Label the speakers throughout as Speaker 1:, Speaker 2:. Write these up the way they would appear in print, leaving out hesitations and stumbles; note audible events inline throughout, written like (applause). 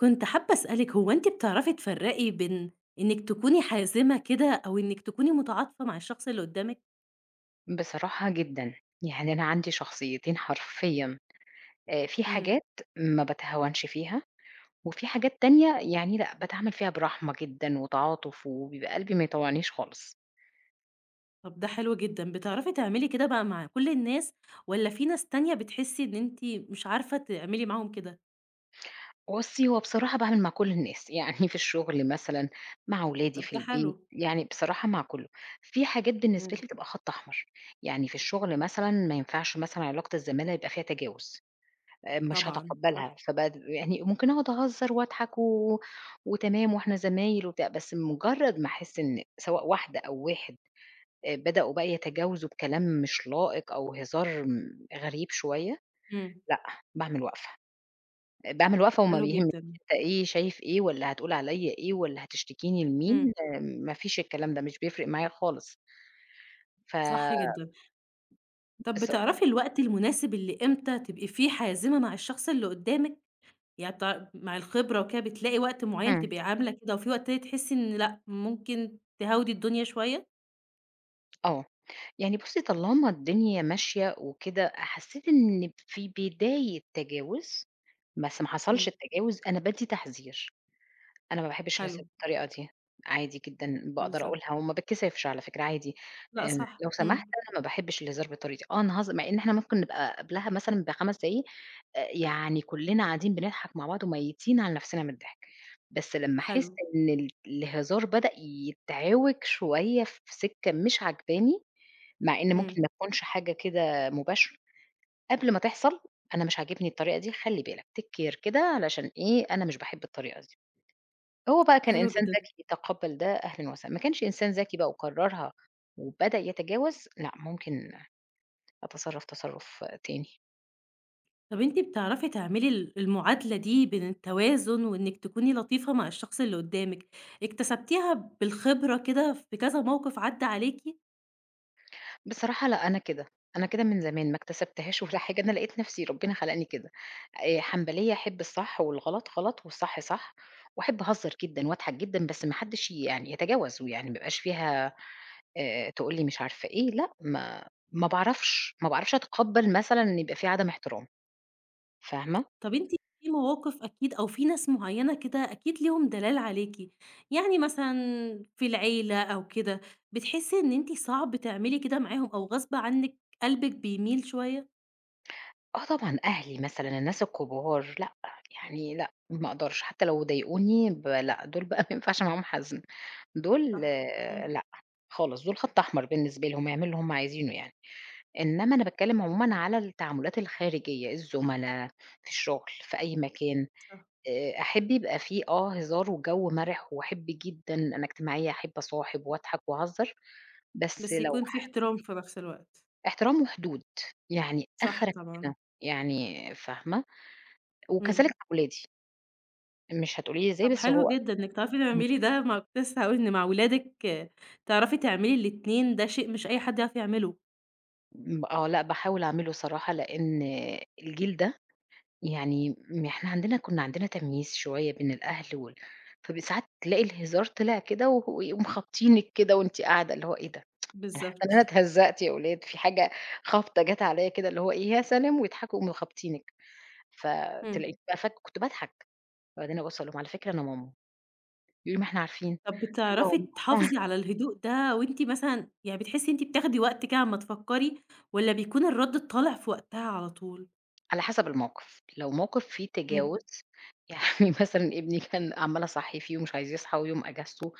Speaker 1: كنت حابة أسألِك هو أنتِ بتعرفي تفرّقي بين إنِّك تكوني حازمة كده أو إنِّك تكوني متعاطفة مع الشخص اللي قدّامِك؟
Speaker 2: بصراحة جدًا، يعني أنا عندي شخصيتين حرفيًا. في
Speaker 1: إمم.
Speaker 2: حاجات ما باتهاونش فيها، وفي حاجات تانية يعني لأ، باتعامل فيها برحمة جدًا وتعاطف، وبيبقى قلبي ما يطوعنيش خالص.
Speaker 1: طب ده حلو جدًا، بتعرفي تعملي كده بقى مع كل الناس والّا في ناس تانية بتحسّي إن أنتِ مش عارفة تعملي معاهم كده؟
Speaker 2: بُصّي، هو بصراحة باعمل مع كل الناس، (laughs) يعني في الشغل مثلًا، مع ولادي
Speaker 1: طب
Speaker 2: في
Speaker 1: ده
Speaker 2: البيت،
Speaker 1: حلو،
Speaker 2: يعني بصراحة مع كله. في حاجات بالنسبة
Speaker 1: إمم.
Speaker 2: لي بتبقى خط أحمر، يعني في الشغل مثلًا ما ينفعش مثلًا علاقة الزمالة يبقى فيها تجاوز. مش
Speaker 1: طبعًا صح،
Speaker 2: هاتقبّلها، فبقى د يعني ممكن أقعد أهزّر وأضحك وتمام وإحنا زمايل وبتاع، بس مجرّد ما أحس إن سواء واحدة أو واحد بدأوا بقى يتجاوزوا بكلام مش لائق أو هزار غريب شوية.
Speaker 1: إمم.
Speaker 2: لأ، باعمل وقفة، باعمل وقفة وما
Speaker 1: حلو
Speaker 2: بيهمنيش
Speaker 1: جدًا،
Speaker 2: أنت إيه شايف إيه والّا هتقول عليّا إيه والّا هتشتكيني
Speaker 1: إمم.
Speaker 2: لمين، آه، ما فيش الكلام ده، مش بيفرق معايا خالص. ف
Speaker 1: صح جدًا. طب
Speaker 2: بالضبط.
Speaker 1: بتعرفي الوقت المناسب اللي إمتى تبقي فيه حازمة مع الشخص اللي قدّامِك؟ يع ط مع الخبرة وكده بتلاقي وقت معيّن
Speaker 2: إمم،
Speaker 1: تبقي عاملة كده، وفي وقت تاني تحسّي إن لأ، ممكن تهاودي الدنيا شوية؟
Speaker 2: آه. يعني بُصّي، طالما الدنيا ماشية وكده، حسّيت إن في بداية تجاوز، بس ما
Speaker 1: إمم،
Speaker 2: حصلش التجاوز، أنا بادّي تحذير، أنا ما باحبّش
Speaker 1: حلو،
Speaker 2: الهزار بالطريقة دي، عادي جدًا باقدر
Speaker 1: بالضبط،
Speaker 2: أقولها وما باتكسفش على فكرة عادي.
Speaker 1: لأ صح،
Speaker 2: لو
Speaker 1: إمم،
Speaker 2: سمحت أنا ما باحبّش الهزار بالطريقة دي، آه نهزر مع إن إحنا ممكن نبقى قبلها مثلًا ب5 دقايق، يعني كُلّنا قاعدين بنضحك مع بعض وميّتين على نَفْسنا من الضحك. بس لمّا
Speaker 1: حلو،
Speaker 2: أحس إن الهزار بدأ يتعوج شوية في سكة مش عاجباني، مع إن ممكن
Speaker 1: إمم،
Speaker 2: ما تكونش حاجة كده مباشرة، قبل ما تحصل أنا مش عاجبني الطريقة دي خلّي بالك، take care كده علشان إيه، أنا مش باحب الطريقة دي. هو بقى كان
Speaker 1: حلو
Speaker 2: إنسان
Speaker 1: جدًا.
Speaker 2: ذكي تقبّل ده أهلًا وسهلًا، ما كانش إنسان ذكي بقى وقرّرها وبدأ يتجاوز، لأ ممكن أتصرّف تصرُّف تاني.
Speaker 1: طَب أنتِ بتعرفي تعملي المعادلة دي بين التوازن وإنِّك تكوني لطيفة مع الشخص اللي قدّامِك، اكتسبتيها بالخبرة كده في كذا موقف عدّى عليكِ؟
Speaker 2: بصراحة لأ، أنا كده، أنا كده من زمان ما اكتسبتهاش ولا حاجة، أنا لقيت نَفْسي ربنا خلقني كده. حنبلية أحب الصح والغلط غلط والصح صح، وأحب أهزّر جدًا واضحك جدًا، بس ما حدّش يعني يتجاوز ويعني ما يبقاش فيها تقول لي مش عارفة إيه، لأ ما باعرفش، ما باعرفش أتقبّل مثلًا إن يبقى في عدم احترام، فاهمة؟
Speaker 1: طب أنتِ في مواقف أكيد أو في ناس معيّنة كده أكيد ليهم دلال عليكِ، يعني مثلًا في العيلة أو كده، بتحسّي إن أنتِ صعب تعملي كده معاهم أو غصب عنِّك قلبِك بيميل شوية؟
Speaker 2: آه طبعًا أهلي مثلًا، الناس الكبار لأ، يعني لأ، ما أقدرش حتى لو ضايقوني لأ، دول بقى (laughs) ما ينفعش معاهم حزن، دول
Speaker 1: صح،
Speaker 2: آه،
Speaker 1: إمم،
Speaker 2: لأ، خالص دول خط أحمر بالنسبة لهم، يعملوا اللي هم عايزينه يعني. إنما أنا باتكلّم عمومًا على التعاملات الخارجية، الزملا، في الشغل، في أي مكان.
Speaker 1: صح.
Speaker 2: أحب يبقى في آه هزار وجَو مَرِح وأحب جدًا أنا اجتماعية، أحب أصاحب وأضحك وأهزر، بس
Speaker 1: بس
Speaker 2: لو
Speaker 1: يكون في
Speaker 2: ح
Speaker 1: احترام في نفس الوقت.
Speaker 2: احترام وحدود، يعني
Speaker 1: صح
Speaker 2: آخرك
Speaker 1: طبعًا،
Speaker 2: كده، يعني فاهمة؟
Speaker 1: إمم.
Speaker 2: وكذلك مع ولادي، مش هتقولي لي إزاي
Speaker 1: طب
Speaker 2: بس
Speaker 1: حلو
Speaker 2: هو
Speaker 1: جدًا إنِّك تعرفي تعملي ده مع كنت لسه هاقول إن مع ولادِك آه، تعرفي تعملي الاتنين، ده شيء مش أي حد يعرف يعمله.
Speaker 2: م آه لأ باحاول أعمله صراحة، لإن الجيل ده يعني إحنا عندنا كنا عندنا تمييز شوية بين الأهل ساعات تلاقي الهزار طلع كده ويقوم خابطينِك كده وأنتِ قاعدة، اللي هو إيه ده؟! أنا حاسة إن أنا
Speaker 1: بالضبط.
Speaker 2: اتهزّقت يا ولاد، في حاجة خبطة جات عليّا كده اللي هو إيه، يا سلام ويضحكوا يقوموا خابطينِك، فتلاقيني
Speaker 1: إمم.
Speaker 2: بقى كنت باضحك، وبعدين أبُص أقول لهم: «على فكرة أنا ماما.» يقولوا لي: «ما إحنا عارفين.»
Speaker 1: طب
Speaker 2: أقول
Speaker 1: بتعرفي
Speaker 2: لهم:
Speaker 1: تحافظي
Speaker 2: (laughs)
Speaker 1: على الهدوء ده وأنتِ مثلًا يعني بتحسّي إن أنتِ بتاخدي وقت كده أمّا تفكّري والّا بيكون الرَد طالع في وقتها على طول؟
Speaker 2: «على حسب الموقف، لو موقف فيه
Speaker 1: إمم،
Speaker 2: تجاوز يعني (laughs) مثلًا ابني كان عمّالة أصحّي فيه ومش عايز يصحى ويوم إجازته،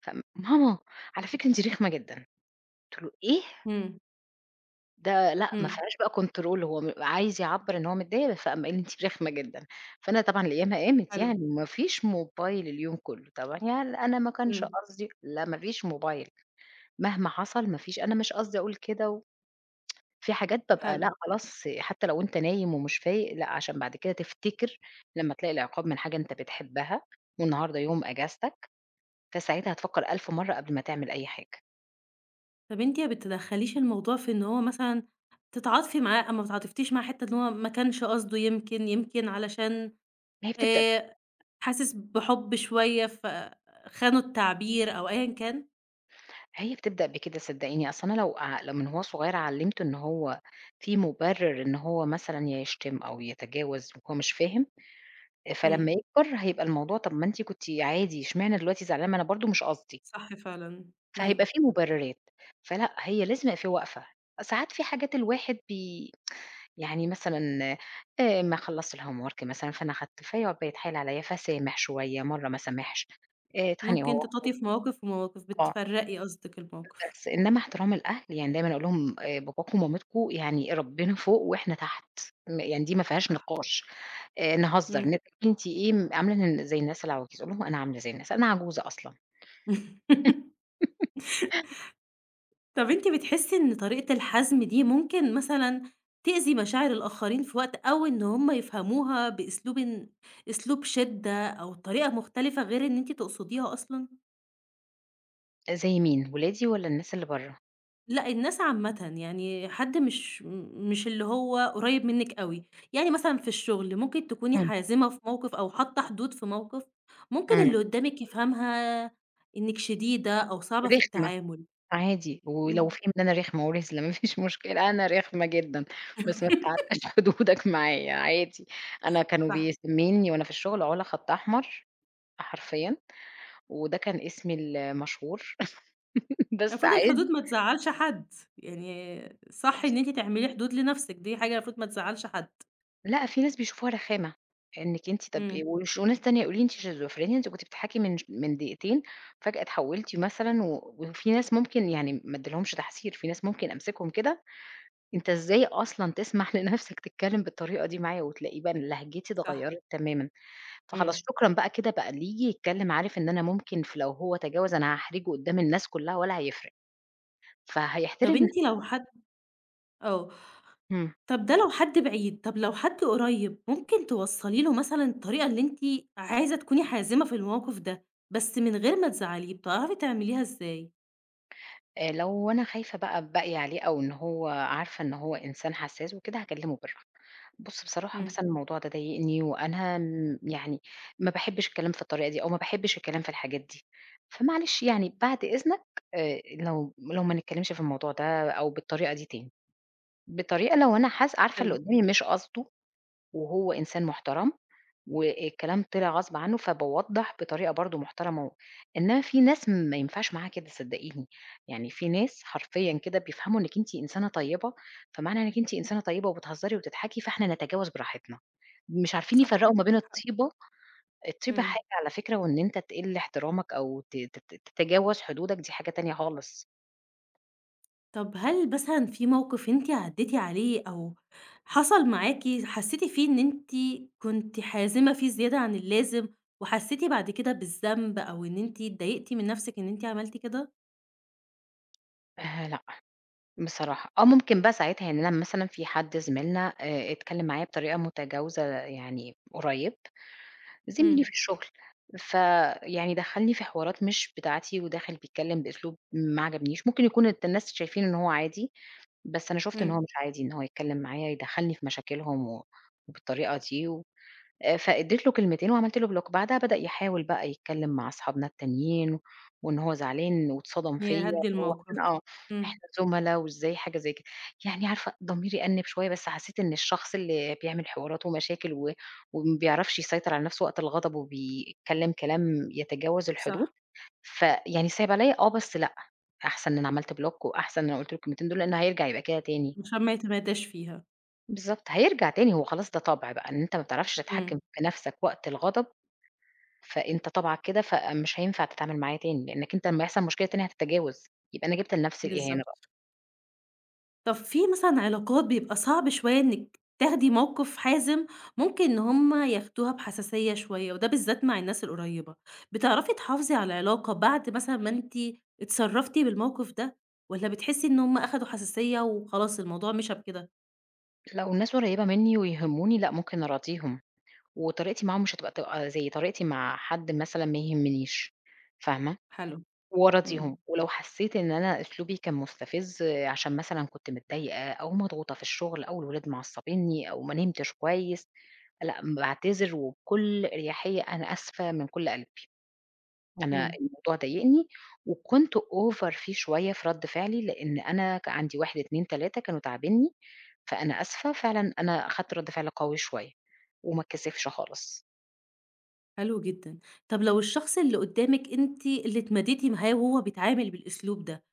Speaker 2: ماما على فكرة أنتِ رخمة جدًا.» قلت له: «إيه؟!»
Speaker 1: إمم،
Speaker 2: ده لأ، ما
Speaker 1: إمم،
Speaker 2: فيهاش بقى control هو عايز يعبّر إن هو متضايق، فقام قال لي: «أنتِ رخمة جدًا.» فأنا طبعًا الأيامها قامت
Speaker 1: حلو،
Speaker 2: يعني، ما فيش موبايل اليوم كلّه. طبعًا يعني أنا ما كانش
Speaker 1: إمم،
Speaker 2: قصدي لا ما فيش موبايل، مهما حصل ما فيش، أنا مش قصدي أقول كده في حاجات بابقى
Speaker 1: حلو.
Speaker 2: لأ خلاص، حتى لو أنت نايم ومش فايق لأ، عشان بعد كده تفتكر لمّا تلاقي العقاب من حاجة أنت بتحبها والنهارده يوم إجازتك، فساعتها هتفكّر ألف مرّة قبل ما تعمل أي حاجة.
Speaker 1: طب أنتِ ما بتدخّليش الموضوع في إن هو مثلًا تتعاطفي معاه أو ما تتعاطفتيش مع حتّة إن هو ما كانش قصده يمكن، يمكن علشان
Speaker 2: ما هي بتبدأ
Speaker 1: آآ حاسس بحُب شوية فخانوا التعبير أو أيًا كان؟
Speaker 2: هي بتبدأ بكده صدّقيني، أصل أنا لو من هو صغير علّمته إن هو في مُبرِّر إن هو مثلًا يشتم أو يتجاوز وهو مش فاهم، فلمّا
Speaker 1: إمم،
Speaker 2: يكبر هيبقى الموضوع طَب ما أنتِ كنتِ عادي، اشمعنى دلوقتي زعلانة؟ ما أنا برضه مش قصدي،
Speaker 1: صح فعلًا، إمم.
Speaker 2: فهيبقى في مُبرِّرات، فلأ هي لازم يبقى في وقفة. ساعات في حاجات الواحد بي يعني مثلًا ما خلّصت الhomework مثلًا فأنا أخدت فيقعد بقى يتحايل عليّا فاسامح شوية، مرّة ما اسامحش، اتخانق
Speaker 1: ممكن
Speaker 2: هو
Speaker 1: تتعاطفي في مواقف ومواقف،
Speaker 2: آه.
Speaker 1: بتفرّقي قصدِك الموقف.
Speaker 2: بس إنما احترام الأهل، يعني دايمًا أقول لهم باباكم ومامتكم يعني ربنا فوق وإحنا تحت، يعني دي ما فيهاش
Speaker 1: صح،
Speaker 2: نقاش، نهزر
Speaker 1: إمم.
Speaker 2: ن أنتِ إيه عاملة زي الناس العواجيز، أقول لهم أنا عاملة زي الناس، أنا عجوزة أصلًا.
Speaker 1: (laughs) طَب أنتِ بتحسّي إن طريقة الحزم دي ممكن مثلًا تأذي مشاعر الآخرين في وقت أو إن هم يفهموها بأسلوبٍ أسلوب شِدّة أو طريقة مختلفة غير إن أنتِ تقصديها أصلًا؟
Speaker 2: آه، زي مين، ولادي والّا الناس اللي برّه؟
Speaker 1: لأ، الناس عامةً، يعني حد مش اللي هو قريّب منِّك أوي، يعني مثلًا في الشغل ممكن تكوني
Speaker 2: إمم،
Speaker 1: حازمة في موقِف أو حاطّة حدود في موقِف ممكن
Speaker 2: إمم،
Speaker 1: اللي قُدّامِك يفهمها إنِّك شديدة أو صعبة في
Speaker 2: رخمة
Speaker 1: التعامل.
Speaker 2: عادي، ولو
Speaker 1: إمم،
Speaker 2: فهم إن أنا رخمة ورزلة (laughs) ما فيش مشكلة، أنا رخمة جدًا، بس ما تتعداش (laughs) حدودك معايا عادي. أنا كانوا
Speaker 1: صح.
Speaker 2: بيسميني وأنا في الشغل علا خط أحمر حرفيًا، وده كان اسمي المشهور (laughs) بس
Speaker 1: المفروض الحدود
Speaker 2: عادي.
Speaker 1: ما تزعّلش حد، يعني صح إن
Speaker 2: خالص.
Speaker 1: أنتِ تعملي حدود لنَفْسِك، دي حاجة المفروض ما تزعّلش حد.
Speaker 2: لأ، في ناس بيشوفوها رخامة، إنِّك أنتِ طَب إيه
Speaker 1: إمم.
Speaker 2: وناس تانية يقولوا لي: «أنتِ شيزوفرينيا، أنتِ كنتِ بتضحكي من دقيقتين، فجأة اتحولتِ مثلًا.» وفي ناس ممكن يعني ما ادّيلهمش تحذير، في ناس ممكن أمسكهم كده، أنت إزاي أصلًا تسمح (laughs) لنفسك تتكلّم بالطريقة دي معايا؟ وتلاقيه بقى إن لهجتي
Speaker 1: صح.
Speaker 2: اتغيّرت تمامًا، فخلاص
Speaker 1: إمم.
Speaker 2: شكرًا بقى كده بقى، اللي ييجي يتكلّم عارف إن أنا ممكن لو هو تجاوز أنا هاحرجه قدّام الناس كلّها ولا هيفرق،
Speaker 1: طَب
Speaker 2: فهيحترم.
Speaker 1: أنتِ لو حد آه،
Speaker 2: إمم.
Speaker 1: طَب ده لو حد بعيد، طَب لو حد قريّب ممكن توصّلي له مثلًا الطريقة اللي أنتِ عايزة تكوني حازمة في الموقف ده، بس من غير ما تزعّليه، بتعرفي تعمليه إزاي؟
Speaker 2: لو أنا خايفة بقى باقي عليه أو إن هو عارفة إن هو إنسان حساس وكده، هاكلمه بالراحة. بُص بصراحة
Speaker 1: إمم.
Speaker 2: مثلًا الموضوع ده ضايقني وأنا م يعني ما باحبش الكلام في الطريقة دي أو ما باحبش الكلام في الحاجات دي، فمعلش يعني بعد إذنك لو ما نتكلمش في الموضوع ده أو بالطريقة دي تاني، بطريقة لو أنا حاس عارفة اللي
Speaker 1: حلو،
Speaker 2: قدامي مش قصده وهو إنسان محترم، والكلام طلع غصب عنّه، فباوضّح بطريقة برضه محترمة إنّما في ناس ما ينفعش معاها كده صدّقيني، يعني في ناس حرفيًا كده بيفهموا إنِّك أنتِ إنسانة طيبة، فمعنى إنِّك أنتِ إنسانة طيبة وبتهزري وتضحكي فإحنا نتجاوز براحتنا، مش عارفين
Speaker 1: صح،
Speaker 2: يفرّقوا ما بين
Speaker 1: عندِك حق.
Speaker 2: الطيبة.
Speaker 1: إمم.
Speaker 2: حاجة على فكرة وإن أنت تقِل احترامك أو ت ت تتجاوز حدودك دي حاجة تانية خالص.
Speaker 1: طب هل مثلًا في موقف أنتِ عدّيتِ عليه أو حصل معاكِ حسّيتِ فيه إن أنتِ كنتِ حازمة فيه زيادة عن اللازم، وحسّيتِ بعد كده بالذنب أو إن أنتِ اتضايقتِ من نَفْسِك إن أنتِ عملتِ كده؟
Speaker 2: لأ، بصراحة آه، ممكن بقى ساعتها يعني أنا مثلًا في حد زميلنا اتكلم معايا بطريقة متجاوزة يعني قريب، زميلي
Speaker 1: إمم،
Speaker 2: في الشغل، فيعني دخّلني في حوارات مش بتاعتي وداخل بيتكلم بأسلوب ما عجبنيش، ممكن يكون الناس شايفين إن هو عادي، بس أنا شُفت إن هو
Speaker 1: إمم.
Speaker 2: مش عادي، إن هو يتكلم معايا يدخّلني في مشاكلهم وبالطريقة دي فادّيت له كلمتين وعملت له block، بعدها بدأ يحاول بقى يتكلّم مع أصحابنا التانيين، وإن هو زعلان واتصدم فيّا
Speaker 1: يهدّي
Speaker 2: وهو
Speaker 1: الموقف.
Speaker 2: إحنا آه،
Speaker 1: إمم،
Speaker 2: إحنا زُملا وإزاي حاجة زي كده، يعني عارفة ضميري أنِّب شوية بس حسّيت إن الشخص اللي بيعمل حوارات ومشاكل وما بيعرفش يسيطر على نَفْسه وقت الغضب وبيتكلّم كلام يتجاوز الحدود،
Speaker 1: صح،
Speaker 2: فيعني صِعِب عليّا آه، بس لأ، أحسن إن أنا عملت block وأحسن إن أنا قُلت له الكلمتين دول لإنه هيرجع يبقى كده تاني.
Speaker 1: عشان ما يتمدّاش فيها.
Speaker 2: بالضبط، هيرجع تاني، هو خلاص ده طَبع بقى، إن أنت ما بتعرفش
Speaker 1: إمم،
Speaker 2: تتحكّم في نَفْسك وقت الغضب فأنت طبعك كده، فمش هينفع تتعامل معايا تاني، لإنّك أنت لمّا يحصل مشكلة تاني هتتجاوز، يبقى أنا جِبت لنفسي الإهانة بقى.
Speaker 1: بالضبط. طب في مثلًا علاقات بيبقى صعب شوية إنِّك تاخدي موقف حازم، ممكن إن هم ياخدوها بحساسية شوية، وده بالذات مع الناس القريبة. بتعرفي تحافظي على العلاقة بعد مثلًا ما أنتِ اتصرفتِ بالموقف ده، والّا بتحسي إن هم أخدوا حساسية وخلاص الموضوع مشى بكده
Speaker 2: لو الناس قريّبة منّي ويهمّوني، لأ ممكن أراضيهم، وطريقتي معاهم مش هتبقى زي طريقتي مع حد مثلًا ما يهمنيش، فاهمة؟
Speaker 1: حلو؟ إمم،
Speaker 2: وأراضيهم. ولو حسّيت إن أنا أسلوبي كان مستفز عشان مثلًا كنت متضايقة أو مضغوطة في الشغل أو الولاد معصّبينّي أو ما نمتش كويس، لأ باعتذر وبكل أريحية، أنا آسفة من كل قلبي. أنا
Speaker 1: إمم،
Speaker 2: الموضوع ضايقني وكنت over فيه شوية في رَد فعلي، لإن أنا عندي 1، 2، 3 كانوا تاعبينّي، فأنا آسفة فعلًا، أنا أخدت رَد فعل قوي شوية وما اتكسفش خالص.
Speaker 1: حلو جدًا. طب لو الشخص اللي قدامِك أنتِ اللي اتماديتِ معاه وهو بيتعامل بالأسلوب ده،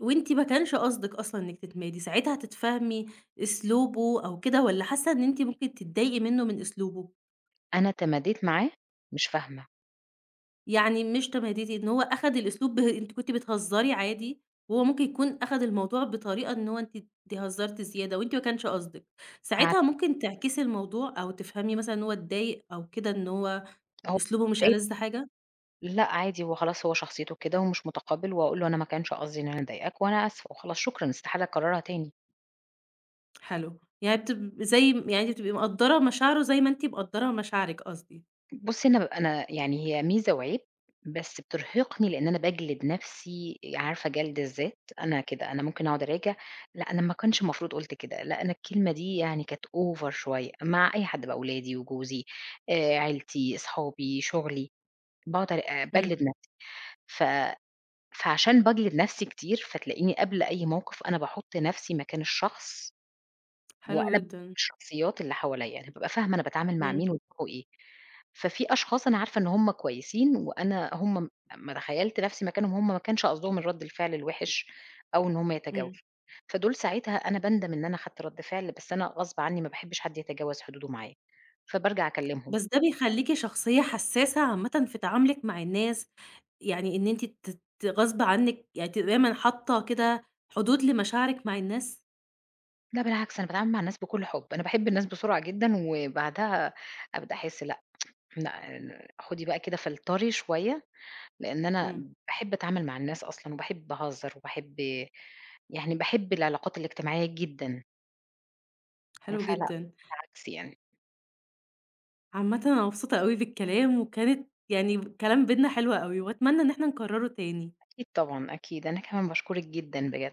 Speaker 1: وأنتِ ما كانش قصدِك أصلًا إنِّك تتمادي، ساعتها هتتفهمي أسلوبه أو كده والّا حاسة إن أنتِ ممكن تتضايقي منه من أسلوبه؟
Speaker 2: أنا تماديت معاه مش فاهمة.
Speaker 1: يعني مش تماديتِ، إن هو أخد الأسلوب به أنتِ كنتِ بتهزري عادي، وهو ممكن يكون أخد الموضوع بطريقة إن هو أنتِ هزرتِ زيادة وأنتِ ما كانش قصدِك، ساعتها
Speaker 2: هاعاتب،
Speaker 1: ممكن تعكسي الموضوع أو تفهمي مثلًا إن هو اتضايق أو كده إن هو
Speaker 2: هو
Speaker 1: أسلوبه مش
Speaker 2: اتضايق،
Speaker 1: ألذ حاجة؟
Speaker 2: لأ عادي هو خلاص هو شخصيته كده ومش متقبّل، وأقول له أنا ما كانش قصدي إن أنا أضايقك وأنا آسفة وخلاص شكرًا، استحالة أكررها تاني.
Speaker 1: حلو، يعني بتب زي م يعني أنتِ بتبقي مقدّرة مشاعره زي ما أنتِ مقدّرة مشاعرِك قصدي.
Speaker 2: بُصّي، أنا يعني هي ميزة وعيب، بس بترهقني لإن أنا باجلد نَفْسي، عارفة جَلد الذات، أنا كده، أنا ممكن أقعد أراجع، لأ أنا ما كانش المفروض قُلت كده، لأ أنا الكلمة دي يعني كانت over شوية مع أي حد بقى، ولادي وجوزي عيلتي، صحابي، شُغلي، باقعد أرا
Speaker 1: إمم،
Speaker 2: باجلد نَفْسي. ف فعشان باجلد نَفْسي كتير، فتلاقيني قبل أي موقف أنا باحُط نَفْسي مكان الشخص
Speaker 1: حلو
Speaker 2: وأنا
Speaker 1: جدًا.
Speaker 2: الشخصيات اللي حواليّا، يعني بابقى فاهمة أنا باتعامل مع
Speaker 1: إمم،
Speaker 2: مين ودماغه إيه. ففي أشخاص أنا عارفة إن هُم كويسين وأنا هُم م أمّا تخيّلت نفسي مكانهم هُم ما كانش قصدهم الرد الفعل الوِحِش أو إن هُم
Speaker 1: إمم.
Speaker 2: يتجاوزوا. فدول ساعتها أنا باندم إن أنا خدت رد فعل، بس أنا غصب عني ما باحبش حد يتجاوز حدوده معايا، فبارجع أكلّمهم.
Speaker 1: بس ده بيخلّيكِ شخصية حسّاسة عامةً في تعاملِك مع الناس، يعني إن أنتِ ت ت غصب عنِّك يعني تبقي دايمًا حاطّة كده حدود لمشاعرِك مع الناس؟
Speaker 2: لأ بالعكس أنا باتعامل مع الناس بكل حُب، أنا باحب الناس بسرعة جدًا وبعدها أبدأ أحس لأ، لأ خُدي بقى كده فلتري شوية، لإن أنا
Speaker 1: إمم،
Speaker 2: باحب أتعامل مع الناس أصلًا وباحب أهزّر وباحب، يعني باحب العلاقات الاجتماعية جدًا،
Speaker 1: حلو
Speaker 2: فلأ،
Speaker 1: جدًا.
Speaker 2: بالعكس يعني.
Speaker 1: عامةً أنا مبسوطة أوي بالكلام، وكانت يعني كلام بيننا حلو أوي، وأتمنى إن إحنا نكرّره تاني.
Speaker 2: أكيد طبعًا، أكيد. أنا كمان باشكرِك جدًا بجد.